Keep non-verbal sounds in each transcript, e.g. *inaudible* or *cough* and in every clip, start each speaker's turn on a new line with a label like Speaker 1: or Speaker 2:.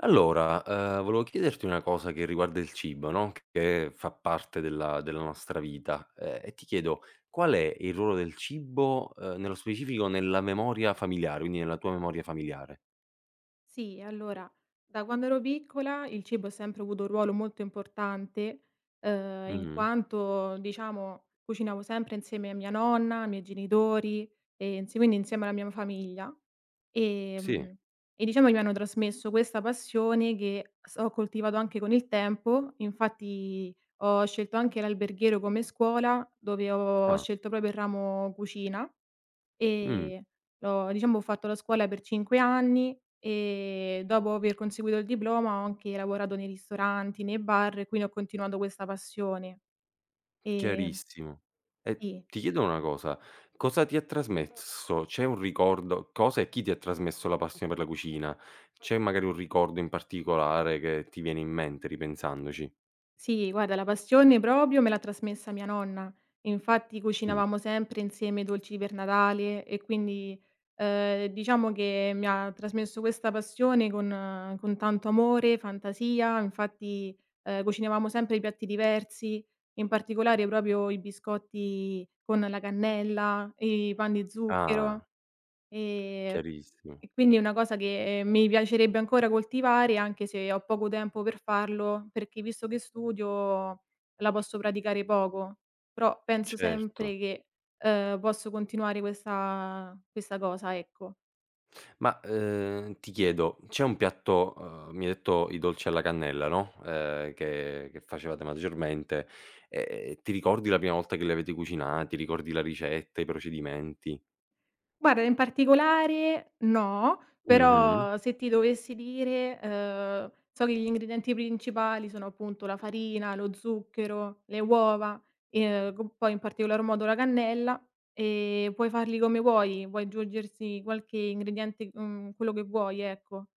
Speaker 1: Allora, volevo chiederti una cosa che riguarda il cibo, no, che fa parte della nostra vita, e ti chiedo: qual è il ruolo del cibo, nello specifico nella memoria familiare, quindi nella tua memoria familiare?
Speaker 2: Sì, allora, da quando ero piccola il cibo ha sempre avuto un ruolo molto importante, in
Speaker 1: Mh-mh.
Speaker 2: quanto, diciamo, cucinavo sempre insieme a mia nonna, ai miei genitori, insie quindi insieme alla mia famiglia.
Speaker 1: Sì.
Speaker 2: Ehm, e diciamo che mi hanno trasmesso questa passione che s ho coltivato anche con il tempo. Infatti ho scelto anche l'alberghiero come scuola, dove ho
Speaker 1: Ah.
Speaker 2: scelto proprio il ramo cucina.
Speaker 1: Mh.
Speaker 2: Ehm, l'ho diciamo ho fatto la scuola per 5 anni e dopo aver conseguito il diploma ho anche lavorato nei ristoranti, nei bar e quindi ho continuato questa passione. Ehm
Speaker 1: Chiarissimo. E
Speaker 2: sì.
Speaker 1: ti chiedo una cosa: cosa ti ha trasmesso? C'è un ricordo cosa e chi ti ha trasmesso la passione per la cucina? C'è magari un ricordo in particolare che ti viene in mente ripensandoci?
Speaker 2: Sì, guarda, la passione proprio me l'ha trasmessa mia nonna. Infatti
Speaker 1: Mh.
Speaker 2: cucinavamo sempre insieme i dolci per Natale e quindi, diciamo che mi ha trasmesso questa passione con tanto amore, fantasia. Infatti, cucinavamo sempre i piatti diversi, in particolare proprio i biscotti con la cannella, i pan di
Speaker 1: Ah.
Speaker 2: zucchero, ehm
Speaker 1: Chiarissimo,
Speaker 2: e quindi è una cosa che mi piacerebbe ancora coltivare, anche se ho poco tempo per farlo, perché visto che studio la posso praticare poco, però penso
Speaker 1: certo.
Speaker 2: sempre che, posso continuare questa cosa, ecco.
Speaker 1: Ma, ti chiedo, c'è un piatto mi hai detto i dolci alla cannella, no, che facevate maggiormente, ti ricordi la prima volta che li avete cucinati? Ricordi la ricetta, i procedimenti?
Speaker 2: Guarda, in particolare no,
Speaker 1: Mh-mh.
Speaker 2: però se ti dovessi dire, so che gli ingredienti principali sono appunto la farina, lo zucchero, le uova, co poi in particolar modo la cannella, e puoi farli come vuoi, puoi aggiungersi qualche ingrediente, quello che vuoi, ecco,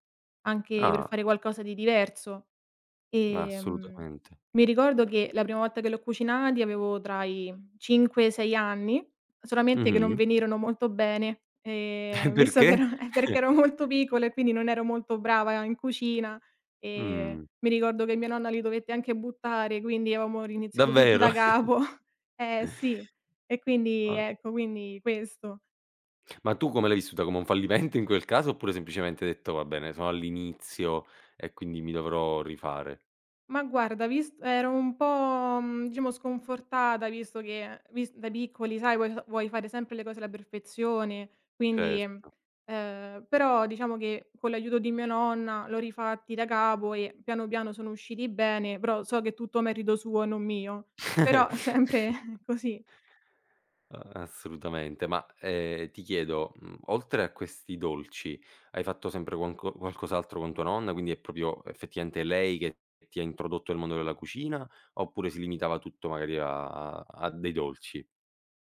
Speaker 2: anche per
Speaker 1: Ah,
Speaker 2: fare qualcosa di diverso. Ehm,
Speaker 1: assolutamente.
Speaker 2: mi ricordo che la prima volta che l'ho cucinati avevo tra i 5 e 6 anni, solamente che non
Speaker 1: Mh-mh.
Speaker 2: venirono molto bene,
Speaker 1: *laughs*
Speaker 2: *laughs* visto che
Speaker 1: Perché?
Speaker 2: ero perché
Speaker 1: *laughs*
Speaker 2: ero molto piccola e quindi non ero molto brava in cucina, ehm,
Speaker 1: Mh,
Speaker 2: mi ricordo che mia nonna li dovette anche buttare, quindi avevamo riniziato tutto
Speaker 1: davvero?
Speaker 2: da capo. *laughs* Eh sì, e quindi
Speaker 1: Ma
Speaker 2: ecco, quindi questo.
Speaker 1: ma tu come l'hai vissuta? Come un fallimento in quel caso, oppure semplicemente hai detto: "Va bene, sono all'inizio e quindi mi dovrò rifare"?
Speaker 2: Ma guarda, vis ero un po', diciamo sconfortata visto che vis da piccoli, sai, vuoi fare sempre le cose alla perfezione, quindi
Speaker 1: Certo.
Speaker 2: però diciamo che con l'aiuto di mia nonna l'ho rifatti da capo e piano piano sono usciti bene, però so che è tutto merito suo e non mio. Però *laughs*
Speaker 1: *laughs*
Speaker 2: sempre *laughs* così.
Speaker 1: A Assolutamente. Ma, ti chiedo, oltre a questi dolci, hai fatto sempre quanco qualcos'altro con tua nonna? Quindi è proprio effettivamente lei che ti ha introdotto al mondo della cucina, oppure si limitava tutto magari a dei dolci?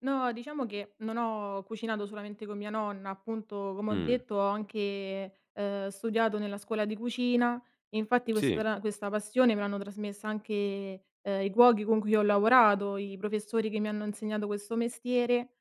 Speaker 2: No, diciamo che non ho cucinato solamente con mia nonna, appunto, come ho
Speaker 1: Mh,
Speaker 2: detto, ho anche, studiato nella scuola di cucina, e infatti questa
Speaker 1: sì.
Speaker 2: tra questa passione me l'hanno trasmessa anche, i cuochi con cui ho lavorato, i professori che mi hanno insegnato questo mestiere.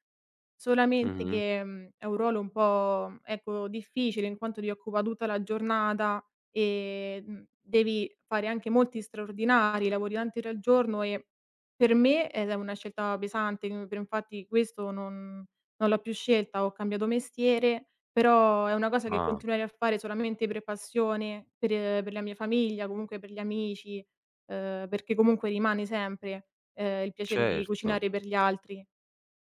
Speaker 2: Solamente
Speaker 1: Mh-mh.
Speaker 2: che, è un ruolo un po', ecco, difficile in quanto ti occupa tutta la giornata e, devi fare anche molti straordinari, lavori tanti ore al giorno e per me ed è una scelta pesante, mhmm, per infatti questo non l'ho più scelta, ho cambiato mestiere, però è una cosa che
Speaker 1: Ah,
Speaker 2: continuerei a fare solamente per passione, per la mia famiglia, comunque per gli amici, perché comunque rimane sempre, il piacere di
Speaker 1: certo.
Speaker 2: cucinare per gli altri.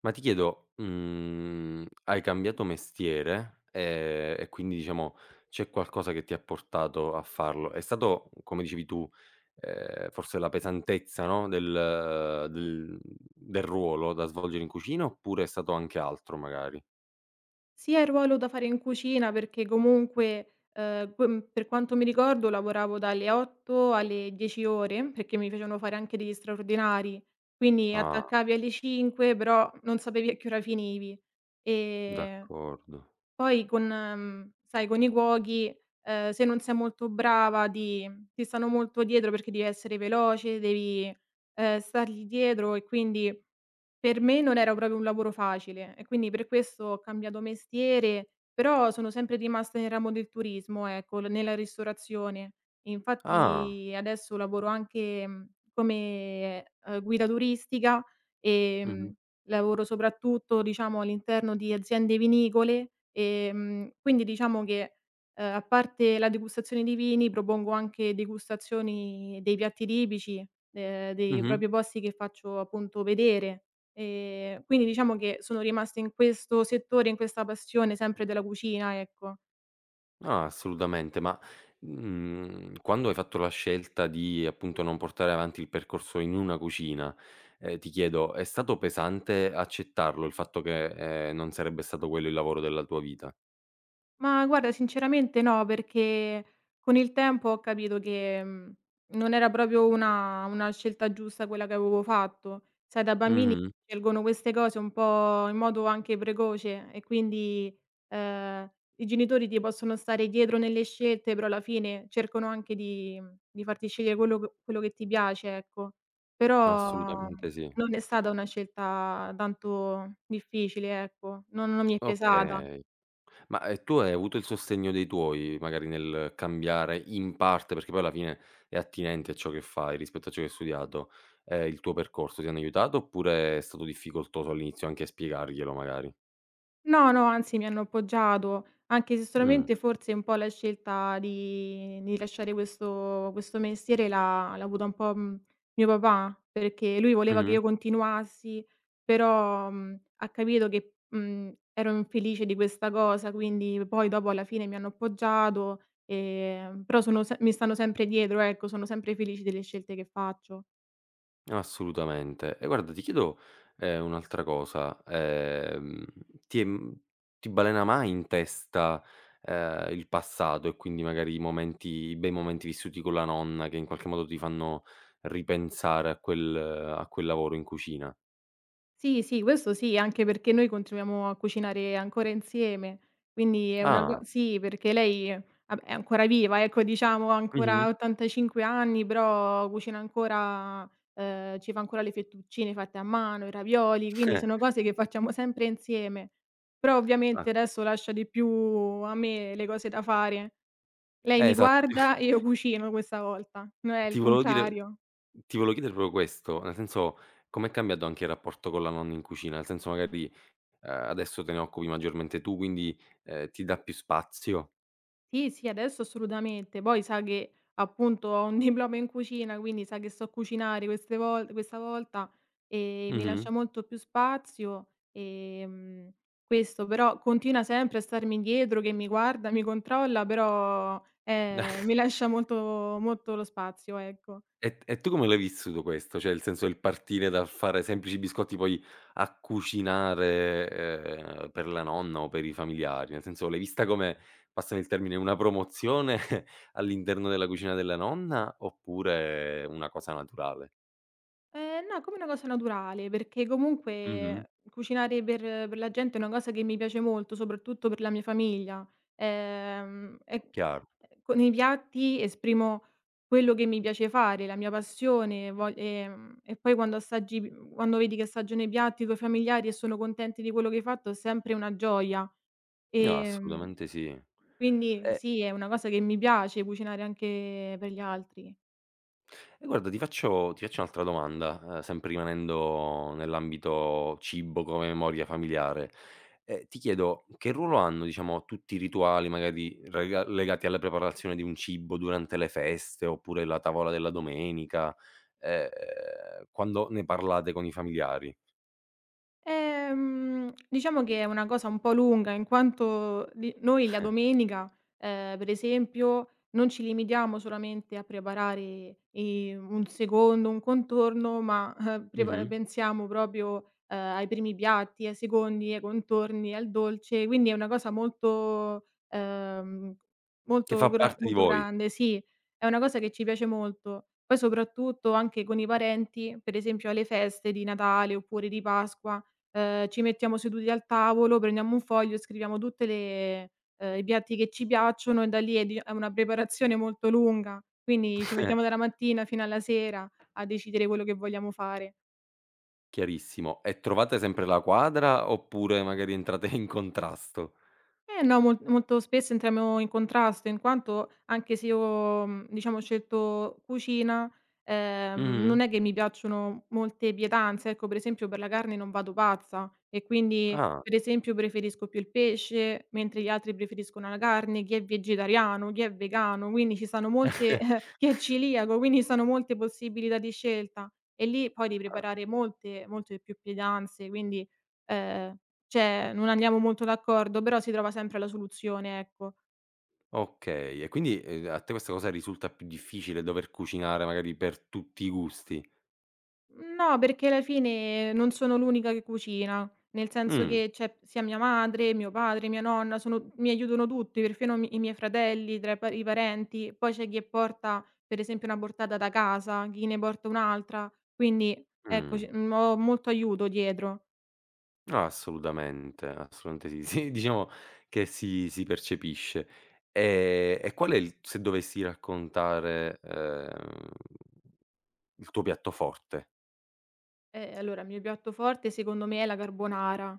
Speaker 1: Ma ti chiedo, hai cambiato mestiere, e quindi diciamo c'è qualcosa che ti ha portato a farlo. È stato, come dicevi tu, forse la pesantezza, no, del ruolo da svolgere in cucina, oppure è stato anche altro magari?
Speaker 2: Sia il ruolo da fare in cucina perché comunque, per quanto mi ricordo lavoravo dalle 8 alle 10 ore, perché mi facevano fare anche degli straordinari, quindi
Speaker 1: Ah,
Speaker 2: attaccavi alle 5 però non sapevi a che ora finivi. Ehm,
Speaker 1: d'accordo.
Speaker 2: poi con sai con i cuochi, se non sei molto brava ti stanno molto dietro perché devi essere veloce, devi, stargli dietro e quindi per me non era proprio un lavoro facile e quindi per questo ho cambiato mestiere, però sono sempre rimasta nel ramo del turismo, ecco, l nella ristorazione.
Speaker 1: Ah.
Speaker 2: Infatti adesso lavoro anche, come, guida turistica,
Speaker 1: Mh-mh.
Speaker 2: ehm, lavoro soprattutto, diciamo, all'interno di aziende vinicole, quindi diciamo che, a parte la degustazione di vini, propongo anche degustazioni dei piatti tipici, dei
Speaker 1: Mh-mh.
Speaker 2: proprio posti che faccio appunto vedere. Quindi diciamo che sono rimasta in questo settore, in questa passione sempre della cucina, ecco.
Speaker 1: No, assolutamente, ma, quando hai fatto la scelta di, appunto, non portare avanti il percorso in una cucina, ti chiedo, è stato pesante accettarlo il fatto che, non sarebbe stato quello il lavoro della tua vita?
Speaker 2: Ma guarda, sinceramente no, perché con il tempo ho capito che, non era proprio una scelta giusta quella che avevo fatto. Sai, da bambini
Speaker 1: Mh-mh.
Speaker 2: scelgono queste cose un po' in modo anche precoce e quindi, ehm, i genitori ti possono stare dietro nelle scelte, però alla fine cercano anche di farti scegliere quello che ti piace, ecco. Però
Speaker 1: Assolutamente sì.
Speaker 2: non è stata una scelta tanto difficile, ecco, non mi è pesata.
Speaker 1: Okay. Ma, tu hai avuto il sostegno dei tuoi, magari nel cambiare in parte, perché poi alla fine è attinente a ciò che fai rispetto a ciò che hai studiato, il tuo percorso, ti hanno aiutato oppure è stato difficoltoso all'inizio anche a spiegarglielo magari?
Speaker 2: No, no, anzi mi hanno appoggiato, anche se
Speaker 1: Mh.
Speaker 2: solamente forse un po' la scelta di lasciare questo mestiere l'ha avuta un po', mio papà, perché lui voleva che
Speaker 1: Mh-mh.
Speaker 2: io continuassi, però, ha capito che, ero infelice di questa cosa, quindi poi dopo alla fine mi hanno appoggiato, però sono se mi stanno sempre dietro, ecco, sono sempre felici delle scelte che faccio.
Speaker 1: Assolutamente. E guarda ti chiedo, un'altra cosa, ti è mhmm, ti balena mai in testa, il passato e quindi magari i bei momenti vissuti con la nonna che in qualche modo ti fanno ripensare a quel lavoro in cucina?
Speaker 2: Sì, sì, questo sì, anche perché noi continuiamo a cucinare ancora insieme, quindi è una co
Speaker 1: Ah,
Speaker 2: sì, perché lei vabbè è ancora viva, ecco, diciamo, ha
Speaker 1: mh-mh.
Speaker 2: ancora 85 anni, però cucina ancora, ci fa ancora le fettuccine fatte a mano, i ravioli, quindi
Speaker 1: Eh,
Speaker 2: sono cose che facciamo sempre insieme. Però
Speaker 1: ah,
Speaker 2: ovviamente adesso lascia di più a me le cose da fare. Lei mi
Speaker 1: esatto. *laughs*
Speaker 2: guarda e io cucino questa volta, no è
Speaker 1: Ti
Speaker 2: il
Speaker 1: volevo dire
Speaker 2: contrario.
Speaker 1: ti volevo chiedere proprio questo, nel senso com'è cambiato anche il rapporto con la nonna in cucina? Nel senso magari adesso te ne occupi maggiormente tu, quindi, ti dà più spazio.
Speaker 2: Sì, sì, adesso assolutamente. Poi sa che appunto ho un *laughs* diploma in cucina, quindi sa che so cucinare queste vol questa volta, mi
Speaker 1: Mh-mh.
Speaker 2: lascia molto più spazio, ehm, questo. Però continua sempre a starmi dietro, che mi guarda, mi controlla, però, mi
Speaker 1: *laughs*
Speaker 2: lascia molto lo spazio, ecco.
Speaker 1: E tu come l'hai vissuto questo? Cioè, il senso, il partire dal fare semplici biscotti, poi a cucinare, per la nonna o per i familiari? Nel senso, l'hai vista come, passami il termine, una promozione *laughs* all'interno della cucina della nonna, oppure una cosa naturale?
Speaker 2: No, come una cosa naturale, perché
Speaker 1: Mh-mh.
Speaker 2: comunque cucinare per la gente è una cosa che mi piace molto, soprattutto per la mia famiglia. E
Speaker 1: Chiaro.
Speaker 2: con i piatti esprimo quello che mi piace fare, la mia passione, vog e poi quando assaggi quando vedi che assaggiano i piatti con i tuoi familiari e sono contenti di quello che hai fatto è sempre una gioia.
Speaker 1: No,
Speaker 2: Ehm,
Speaker 1: assolutamente sì.
Speaker 2: quindi
Speaker 1: E
Speaker 2: sì, è una cosa che mi piace cucinare anche per gli altri.
Speaker 1: E guarda, ti faccio un'altra domanda, sempre rimanendo nell'ambito cibo come memoria familiare. Ti chiedo che ruolo hanno, diciamo, tutti i rituali magari rega legati alla preparazione di un cibo durante le feste, oppure la tavola della domenica, ehm, quando ne parlate con i familiari?
Speaker 2: Diciamo che è una cosa un po' lunga in quanto di noi la domenica, per esempio, non ci limitiamo solamente a preparare, un secondo, un contorno, ma, prepa
Speaker 1: Mh-mh.
Speaker 2: pensiamo proprio, ai primi piatti, ai secondi, ai contorni, al dolce, quindi è una cosa molto,
Speaker 1: Che fa
Speaker 2: molto gra
Speaker 1: parte di
Speaker 2: molto
Speaker 1: voi.
Speaker 2: grande sì, è una cosa che ci piace molto. Poi soprattutto anche con i parenti, per esempio alle feste di Natale oppure di Pasqua. Ci mettiamo seduti al tavolo, prendiamo un foglio e scriviamo tutte le i piatti che ci piacciono e da lì è una preparazione molto lunga, quindi ci mettiamo dalla
Speaker 1: *laughs*
Speaker 2: mattina fino alla sera a decidere quello che vogliamo fare.
Speaker 1: Chiarissimo. E trovate sempre la quadra, oppure magari entrate in contrasto?
Speaker 2: Eh no, molto spesso entriamo in contrasto, in quanto anche se io, diciamo ho scelto cucina,
Speaker 1: Mh-mh.
Speaker 2: non è che mi piacciono molte pietanze, ecco, per esempio per la carne non vado pazza e quindi
Speaker 1: Ah.
Speaker 2: per esempio preferisco più il pesce, mentre gli altri preferiscono la carne, chi è vegetariano, chi è vegano, quindi ci sono molte
Speaker 1: *laughs*
Speaker 2: *laughs* chi è celiaco, quindi ci sono molte possibilità di scelta e lì poi devi preparare molte molte più pietanze, quindi, ehm cioè, non andiamo molto d'accordo, però si trova sempre la soluzione, ecco.
Speaker 1: Okay, e quindi, a te questa cosa risulta più difficile, dover cucinare magari per tutti i gusti?
Speaker 2: No, perché alla fine non sono l'unica che cucina, nel senso
Speaker 1: Mh,
Speaker 2: che c'è sia mia madre, mio padre, mia nonna, sono mi aiutano tutti, perfino mi i miei fratelli, tra i parenti. Poi c'è chi porta, per esempio, una portata da casa, chi ne porta un'altra, quindi ecco,
Speaker 1: mh.
Speaker 2: ho molto aiuto dietro.
Speaker 1: No, assolutamente, assolutamente sì. Sì, diciamo che si percepisce. E qual è il se dovessi raccontare, il tuo piatto forte?
Speaker 2: Allora il mio piatto forte secondo me è la carbonara.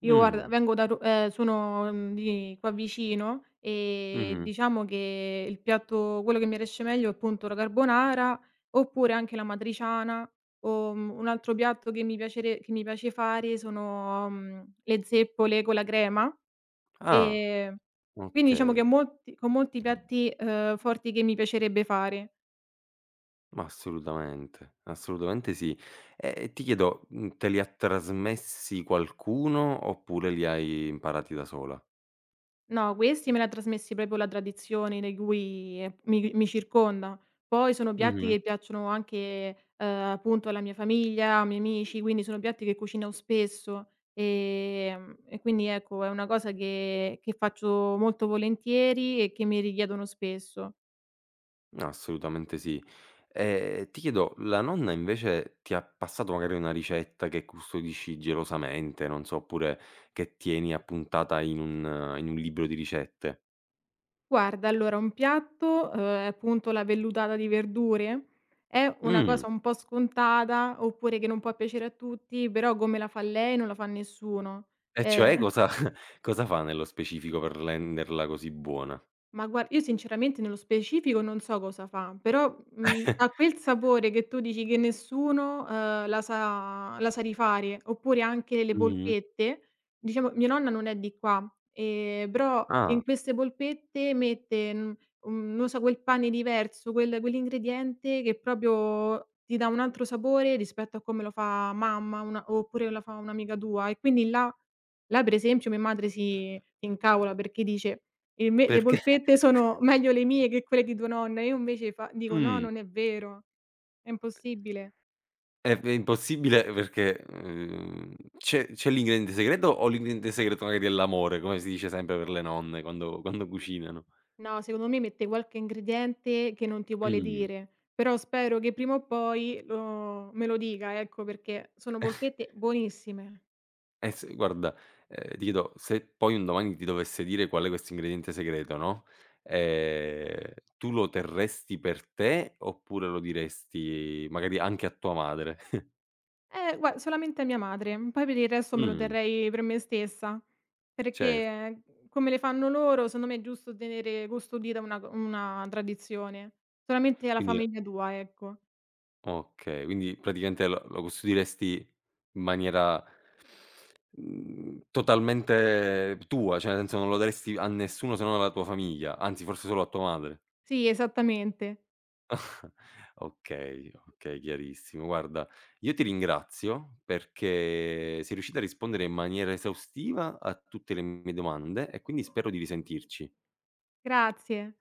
Speaker 2: Io guarda
Speaker 1: Mh,
Speaker 2: vengo da Ru sono, di qua vicino, e
Speaker 1: mh-mh.
Speaker 2: diciamo che il piatto quello che mi riesce meglio è appunto la carbonara, oppure anche l'amatriciana, o, un altro piatto che mi piace fare sono, le zeppole con la crema.
Speaker 1: Ah,
Speaker 2: Ehm, quindi diciamo che
Speaker 1: okay.
Speaker 2: molti piatti, forti che mi piacerebbe fare.
Speaker 1: Ma assolutamente, assolutamente sì. E ti chiedo, te li ha trasmessi qualcuno, oppure li hai imparati da sola?
Speaker 2: No, questi me li ha trasmessi proprio la tradizione di cui, mi circonda. Poi sono piatti
Speaker 1: Mh-mh.
Speaker 2: che piacciono anche, appunto alla mia famiglia, ai miei amici, quindi sono piatti che cucino spesso, e quindi ecco è una cosa che faccio molto volentieri e che mi richiedono spesso.
Speaker 1: Assolutamente sì. Ti chiedo, la nonna invece ti ha passato magari una ricetta che custodisci gelosamente, non so, oppure che tieni appuntata in un libro di ricette?
Speaker 2: Guarda, allora un piatto, è appunto la vellutata di verdure, è una
Speaker 1: Mh.
Speaker 2: cosa un po' scontata, oppure che non può piacere a tutti, però come la fa lei non la fa nessuno.
Speaker 1: E cioè
Speaker 2: Ehm
Speaker 1: cosa *laughs* cosa fa nello specifico per renderla così buona?
Speaker 2: Ma guar io sinceramente nello specifico non so cosa fa, però, ha
Speaker 1: *laughs*
Speaker 2: quel sapore che tu dici che nessuno, la sa rifare, oppure anche le
Speaker 1: Mh-mh.
Speaker 2: polpette. Diciamo mia nonna non è di qua, però
Speaker 1: Ah,
Speaker 2: in queste polpette usa quel pane diverso, quell'ingrediente che proprio ti dà un altro sapore rispetto a come lo fa mamma, una, oppure la fa un'amica tua, e quindi là per esempio mia madre si incavola perché dice: "E me, le
Speaker 1: perché *laughs*
Speaker 2: polpette sono meglio le mie che quelle di tua nonna". Io invece fa dico: "No,
Speaker 1: mh,
Speaker 2: non è vero, è impossibile".
Speaker 1: è impossibile perché, c'è l'ingrediente segreto o l'ingrediente segreto magari è l'amore, come si dice sempre per le nonne quando cucinano?
Speaker 2: No, secondo me mette qualche ingrediente che non ti vuole
Speaker 1: Mh.
Speaker 2: dire, però spero che prima o poi lo me lo dica, ecco, perché sono polpette buonissime.
Speaker 1: S guarda, ti chiedo, se poi un domani ti dovesse dire qual è questo ingrediente segreto, no, tu lo terresti per te oppure lo diresti magari anche a tua madre? *laughs*
Speaker 2: Gua solamente a mia madre, poi per il resto me lo
Speaker 1: Mh,
Speaker 2: terrei per me stessa,
Speaker 1: certo.
Speaker 2: perché come le fanno loro, secondo me è giusto tenere custodita una tradizione. Solamente alla
Speaker 1: Quindi
Speaker 2: famiglia tua, ecco.
Speaker 1: okay, quindi praticamente lo custodiresti in maniera, mhmm, totalmente tua, cioè nel senso non lo daresti a nessuno se non alla tua famiglia, anzi forse solo a tua madre.
Speaker 2: Sì, esattamente.
Speaker 1: Okay, okay, chiarissimo. Guarda, io ti ringrazio perché sei riuscita a rispondere in maniera esaustiva a tutte le mie domande e quindi spero di risentirci.
Speaker 2: Grazie.